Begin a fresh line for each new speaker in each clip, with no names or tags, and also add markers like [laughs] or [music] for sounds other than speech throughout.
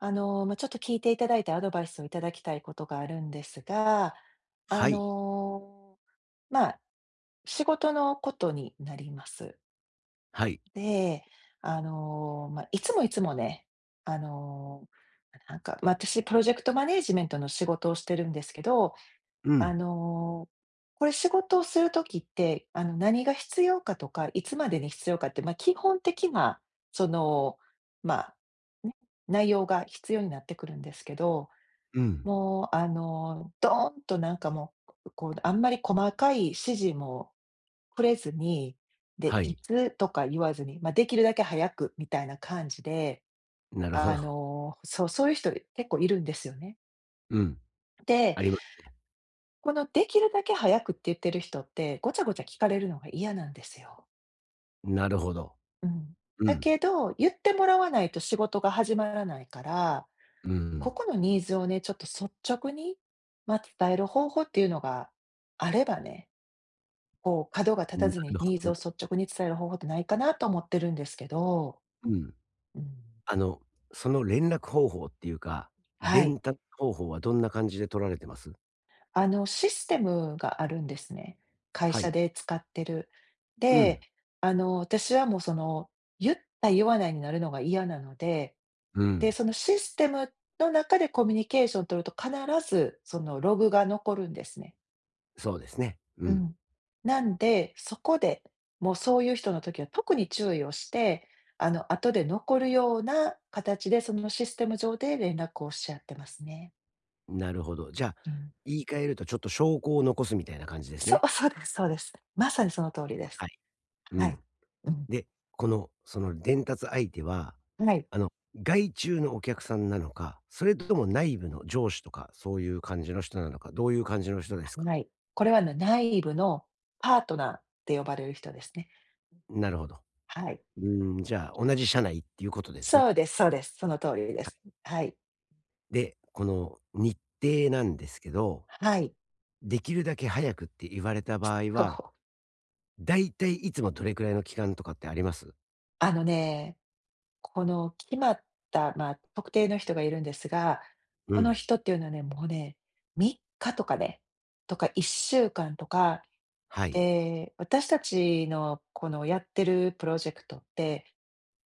ちょっと聞いていただいてアドバイスをいただきたいことがあるんですが、あ
はい、
の、まあ、仕事のことになります。
はい。
で、あの、まあ、いつもいつもね、あの、私プロジェクトマネージメントの仕事をしてるんですけど、
う
あ
ん、
の、これ仕事をするときって、何が必要かとか、いつまでに必要かって、まあ、基本的な、その、まあ、ね、内容が必要になってくるんですけど、
うん、
もう、あの、ドーンとなんかもう、こう、あんまり細かい指示もくれずに、で、
は
い
い。
つとか言わずに、まあ、できるだけ早くみたいな感じで、
なるほど。
そう、そういう人結構いるんですよね。
うん、
で、
ありますね。
このできるだけ早くって言ってる人って、ごちゃごちゃ聞かれるのが嫌なんですよ。
なるほど。
うん。
う
だ
ん、
けど、言ってもらわないと仕事が始まらないから、
う
こ
ん、
このニーズをね、ちょっと率直に、ま、伝える方法っていうのがあればね、こう角が立
な
たずに
る
ニーズ
ほ
を率
ど。
直に伝える方法ってないかなと思ってるんですけど。
うん。
うん。
あの、その連絡方法っていうか、
はい。
伝達方法はどんな感じで取られてます？
システムがあるんですね。会
は
社
い。
で使ってる。
う
で、
ん、
あの、私はもうその、言った言わないになるのが嫌なので、
う
で、
ん。
そのシステムの中でコミュニケーションを取ると必ずそのログが残るんですね。
そうですね。う
う
ん。
ん。なんで、そこで、もうそういう人の時は特に注意をして、後で残るような形でそのシステム上で連絡をし合ってますね。
なるほど。じゃあ、
うん。
言い換えるとちょっと証拠を残すみたいな感じです
そ
ね。
う、そうですそうです。まさにその通りです。
はい。う
はい。
ん。
うん。
で、その伝達相手は、
はい。
あの、外注のお客さんなのか、それとも内部の上司とか、そういう感じの人なのか、どういう感じの人ですか？
はい。これはね、内部のパートナーって呼ばれる人ですね。
なるほど。
はい。
うーん、じゃあ、同じ社内っていうことですね。
そうですそうです。その通りで
は
す。
い。
はい。
で、この日程なんですけど、
はい。
できるだけ早くって言われた場合
そ
は、
う。
だいたいいつもどれくらいの期間とかってあります？
あのね、この決まった、特定の人がいるんですが、
う
この
ん。
人っていうのはね、もうね、3日とかね、とか1週間とか
はい。
で、私たちのこのやってるプロジェクトって、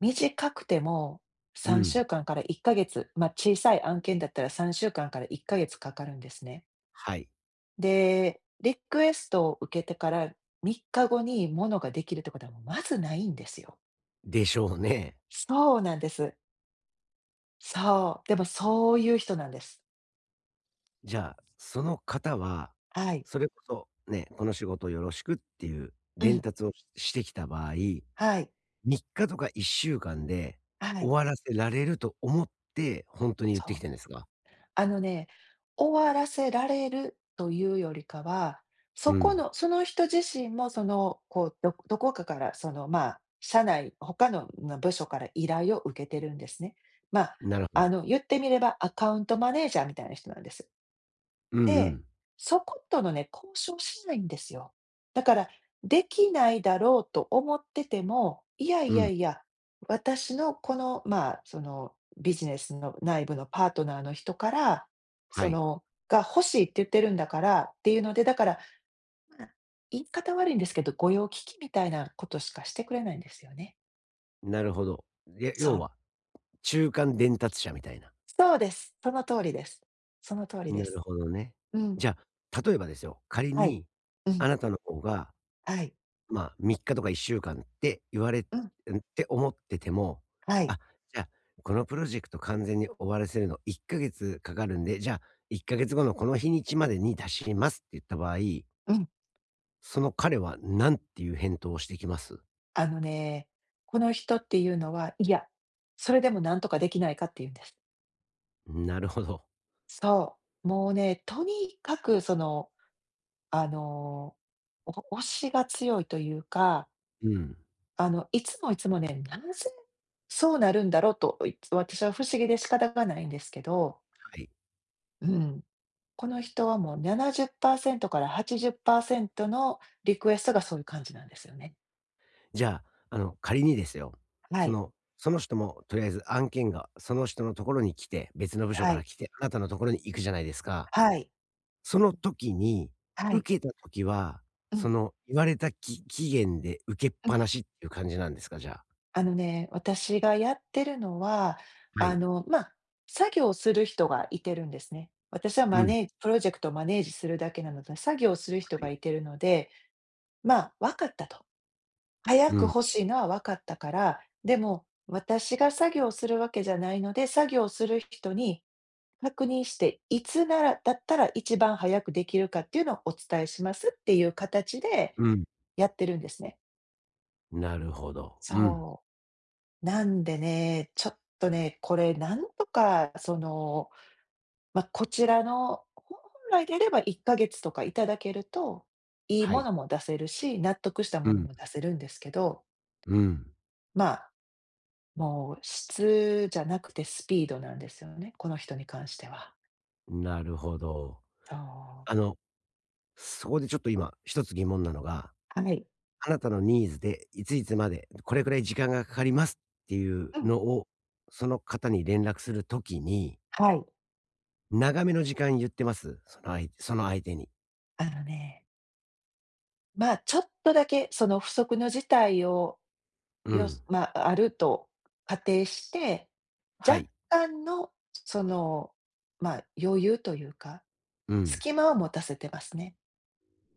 短くても
う
3
ん。
週間かんから1ヶ月、まあ、小さい案件だったら3週間かんから1ヶ月かかるんですね。
はい。
で、リクエストを受けてから3日後にものができるってことはもうまずないんですよ。
でしょうね。
そうなんです。そう、でもそういう人なんです。
じゃあ、その方は、
はい。
それこそね、この仕事よろしくっていう
う
伝
ん、
達をしてきた場合、
はい、
3日とか1週間で
はい、
終わらせられると思って、ほんとに言っ
そ
てき
う。
てんですか？
あのね、終わらせられるというよりかは、そ
う
こ
ん、
のその人自身もその、こう、どこかからその、まあ、社内、他の部署から依頼を受けてるんですね。まあ、
なるほど。
言ってみればアカウントマネージャーみたいな人なんです。
うんう
で、
ん。
そことのね、交渉しないんですよ。だから、できないだろうと思ってても、いやい
う
や
ん。
いや、私のこの、まあ、その、ビジネスの内部のパートナーの人から、
は
そ
い。
の、が欲しいって言ってるんだからっていうので、だから、まあ、言い方悪いんですけど、御用聞きみたいなことしかしてくれないんですよね。
なるほど。や、
そ
要
う。
は、中間伝達者みたいな。
そうです。その通りです。その通りで
なる
す。
ほどね。
うん、
じゃあ、例えばですよ、仮
はい。
に
うん、
あなたの方が
はい。
まあ、3日とか1週間って言われん、っ
うん、
て思ってても、
はい。
あ、じゃあ、このプロジェクト完全に終わらせるの1ヶ月かかるんで、じゃあ、1ヶ月後のこの日にちまでに出しますって言った場合、
うん。
その彼は何ていう返答をしてきます？
あのね、この人っていうのは、いや、それでもなんとかできないかって言うんです。
なるほど。
そう。もうね、とにかくその、あの、お推しが強いというか、
うん、
いつもいつもね、なぜそうなるんだろうと、いつ私は不思議で仕方がないんですけど、
はい。
うん。この人はもう70%から80%のリクエストがそういう感じなんですよね。
じゃあ、仮にですよ、
は
そ
い。
のその人もとりあえず案件がその人のところに来て、別の部署
は
から
い。
来て、あなたのところに行くじゃないですか。
はい。
その時に、
はい。
受けた時は、
うん。う
そ
ん。
の言われた期限で受けっぱなしっていう感じなんですか？じゃあ。
あのね、私がやってるのは、
は
あ
い。
の、まあ、作業する人がいてるんですね。私は
う
マ
ん。は
ネージプロジェクトをマネージするだけなので、作業する人がい
い。
てるので、まあ、分かったと。早
う
く
ん。
欲しいのは分かったから、でも、私が作業するわけじゃないので、作業する人に確認して、いつならだったら一番早くできるかっていうのをお伝えしますっていう形で
うん。
やってるんですね。
なるほど。うん。
そう。なんでね、ちょっとね、これなんとかその、まあ、こちらのほ本来であれば1ヶ月とかいただけると、いい
は
も
い。
のも出せるし、納得した
う
もの
ん。
も出せるんですけど、
うん。
まあ、もう質じゃなくてスピードなんですよね、この人に関しては。
なるほど。
そ
あ
う。
の、そこでちょっと今一つ疑問なのが、
はい。
あなたのニーズでいついつまで、これくらい時間がかかりますっていう
うん。
のを、その方に連絡する時に、
はい。
長めの時間言ってます？そのあいその相手に。
あのね、まあ、ちょっとだけその不測の事態を
う
よ
ん。
すまあ、あると仮定して、
は
若
い。
干のその、まあ、余裕というか、
うん。
隙間を持たせてますね。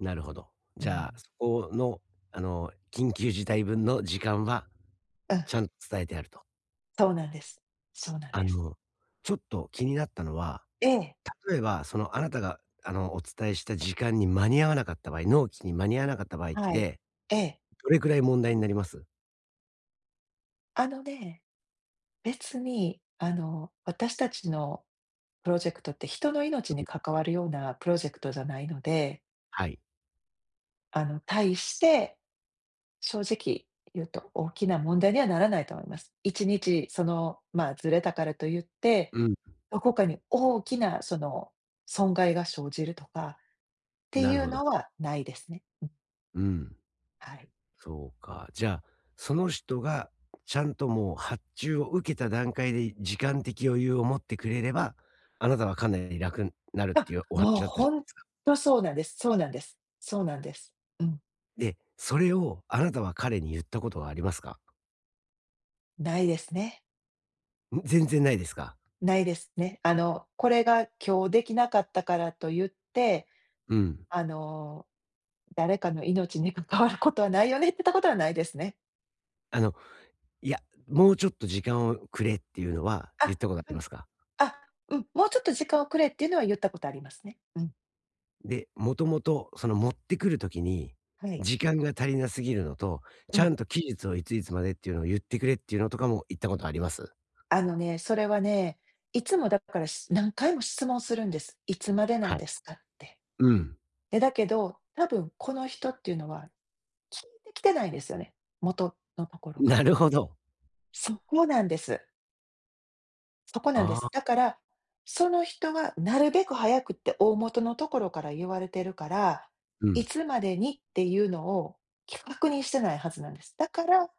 なるほど。
う
じゃあ、
ん。
そこの、緊急事態分の時間は
うん、
ちゃんと伝えてあると。
そうなんです。そうなん
あ
です。
の、ちょっと気になったのは、
ええ、
例えば、あなたが、お伝えした時間に間に合わなかった場合、納期に間に合わなかった場合っ
はい。
て、
ええ。
どれくらい問題になります？
あのね、別に私たちのプロジェクトって人の命に関わるようなプロジェクトじゃないので、
はい。
対して正直言うと、大きな問題にはならないと思います。1日その、まあ、ずれたからといって、
うん。
どこかに大きなその、損害が生じるとかって
な
い
る
う
ほど。
のはないですね。
うん。
はい。
そうか。じゃあ、その人が、ちゃんともう発注を受けた段階で時間的余裕を持ってくれれば、あなたはかなり楽になるっ
あ、
ていうお話
もう
だったじ
ほ
ゃないで
ん
すか。
とそうなんです。そうなんです。そうなんです。うん、
で、それをあなたは彼に言ったことはありますか？
ないですね。
ん、全然ないですか？
ないですね。あの、これが今日できなかったからと言って、
うん。
あの、誰かの命に関わることはないよねって言ったことはないですね。
あの、いや、もうちょっと時間をくれっていうのは言
あ、
ったことあ
う
りま
ん。
すか？
あ、うん、もうちょっと時間をくれっていうのは言ったことありますね。うん、
で、もともとその持ってくる時に、
はい。
時間が足りなすぎるのと、
う
ちゃ
ん。
んと期日をいついつまでっていうのを言ってくれっていうのとかも言ったことあります？
あのね、それはね、いつもだから何回も質問するんです。いつまでなん
はい。
ですかって。
うん。
で、だけど、多分この人っていうのは聞いてきてないですよね、元のところか
な
ら。
るほど。
そこなんです。そこなんで
あ
す。だ
あ、
から、その人はなるべく早くって大元のところから言われてるから、
うん、
い
な
つまでにっていうのを確認してないはずなんです。だから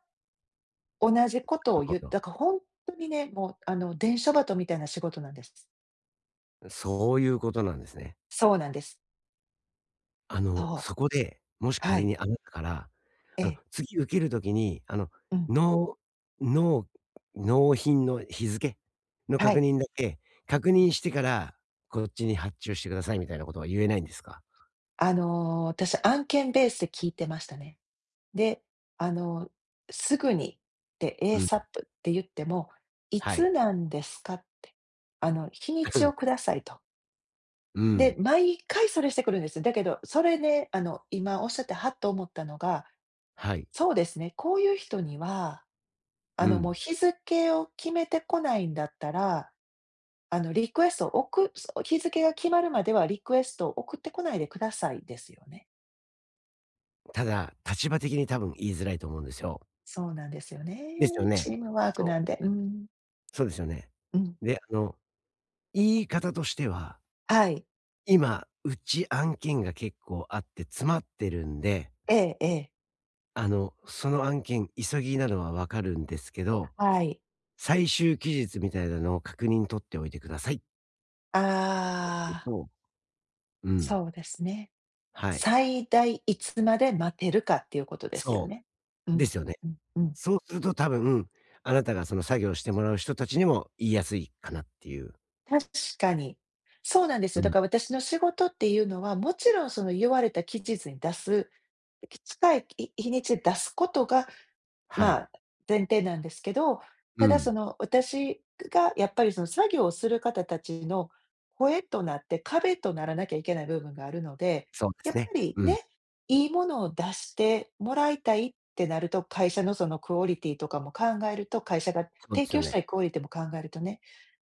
同じことを
るほ
言う
ど。
だから本当にね、もう、伝書鳩みたいな仕事なんです。
そういうことなんですね。
そうなんです。そ
そこで、もし
う。は
仮
い。
にあなたから、
ええ。
次受ける時に、
うん。
納納納品の日付の
は
確
い。
認だけ、確認してから、こっちに発注してくださいみたいなことは言えないんですか？
私案件ベースで聞いてましたね。で、あの、すぐにって
うん。
「ASAP」って言っても「い
は
つ
い。
なんですか？」って。「日にちをく
[laughs]
ださい」と。
う
で、
ん。
毎回それしてくるんです。だけど、それね、今おっしゃってはっと思ったのが、
はい。
そうですね、こういう人には
う
もう
ん。
日付を決めてこないんだったら、あの、リクエストを送日付が決まるまではリクエストを送ってこないでくださいですよね。
ただ、立場的に多分言いづらいと思うんですよ。
そうなんですよね。
ですよね。
チームワーク
そう。
なんで。うん。
そうですよね。
うん。
で、言い方としては、
はい。
今、うち案件が結構あって詰まってるんで、
ええええ。
その案件、急ぎなのはわかるんですけど、
はい。
最終期日みたいなのを確認取っておいてくださいって
あ
言う
あ、
と、うん、
そうですね。
はい。
最大いつまで待てるかっていうことですよ
そ
ね。う
う、で
ん。
すよね。
うんうん。
そうすると多分、あなたがその作業してもらう人たちにも言いやすいかなっていう。
確かに。そうなんですよ。
う
だ
ん。
から私の仕事っていうのは、もちろんその言われた期日に出す、近い日にちで出すことが、
は
ま
い。
あ、前提なんですけど、
う
ただ
ん。
その私がやっぱりその作業をする方たちの声となって壁とならなきゃいけない部分があるので、
そうで
やっ
す
ぱ
ね。
り
うん。
ね、いいものを出してもらいたいってなると、会社のそのクオリティとかも考えると、会社が
そうで
提
すよ
供し
ね。
たいクオリティも考えるとね、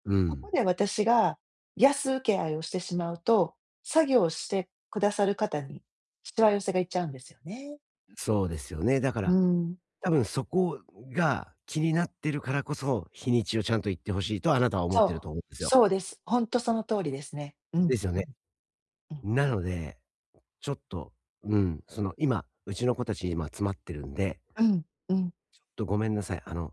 う
ここ
ん。
で私が安請け合いをしてしまうと、作業をしてくださる方にしわ寄せがいっちゃうんですよね。
そうですよね。だか
う
ら、
ん。
多分そこが気になってるからこそ、日にちをちゃんと言ってほしいとあなたは思っ
そう、
てると思うんですよ。
そうです。ほんとその通りですね。うん、
ですよね。
うん、
なのでちょっと、うん、今、うちの子たち今詰まってるんで、ちょ
うん、うん、
っとごめんなさい。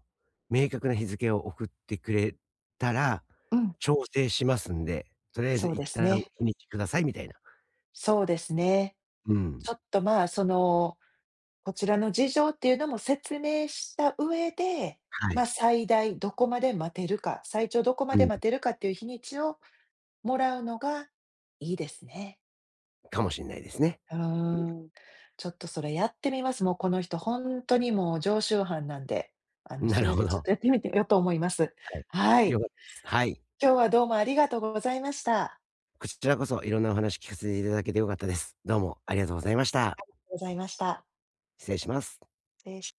明確な日付を送ってくれたら、
うん。
調整しますんで、とりあえず
そう
一
です
旦
ね。
日にちくださいみたいな。
そうですね。
う
ち
ん。
ょっと、まあ、その、こちらの事情っていうのも説明した上で、
は
まあ、
い。
最大どこまで待てるか、最長どこま
う
で待
ん。
てるかっていう日にちをもらうのがいいですね。
かもしんないですね。
うーん、ちょっとそれやってみます。もうこの人ほんとにもう常習犯なんで、
うん。な
そ
る
れ
ほ
でちょっ
ど。
とやってみてよと思います。
はい。
は
よ
い。
かったです。はい。
今日はどうもありがとうございました。
こちらこそいろんなお話聞かせていただけてよかったです。どうもありがとうございました。
ございました。
失礼します。
失礼し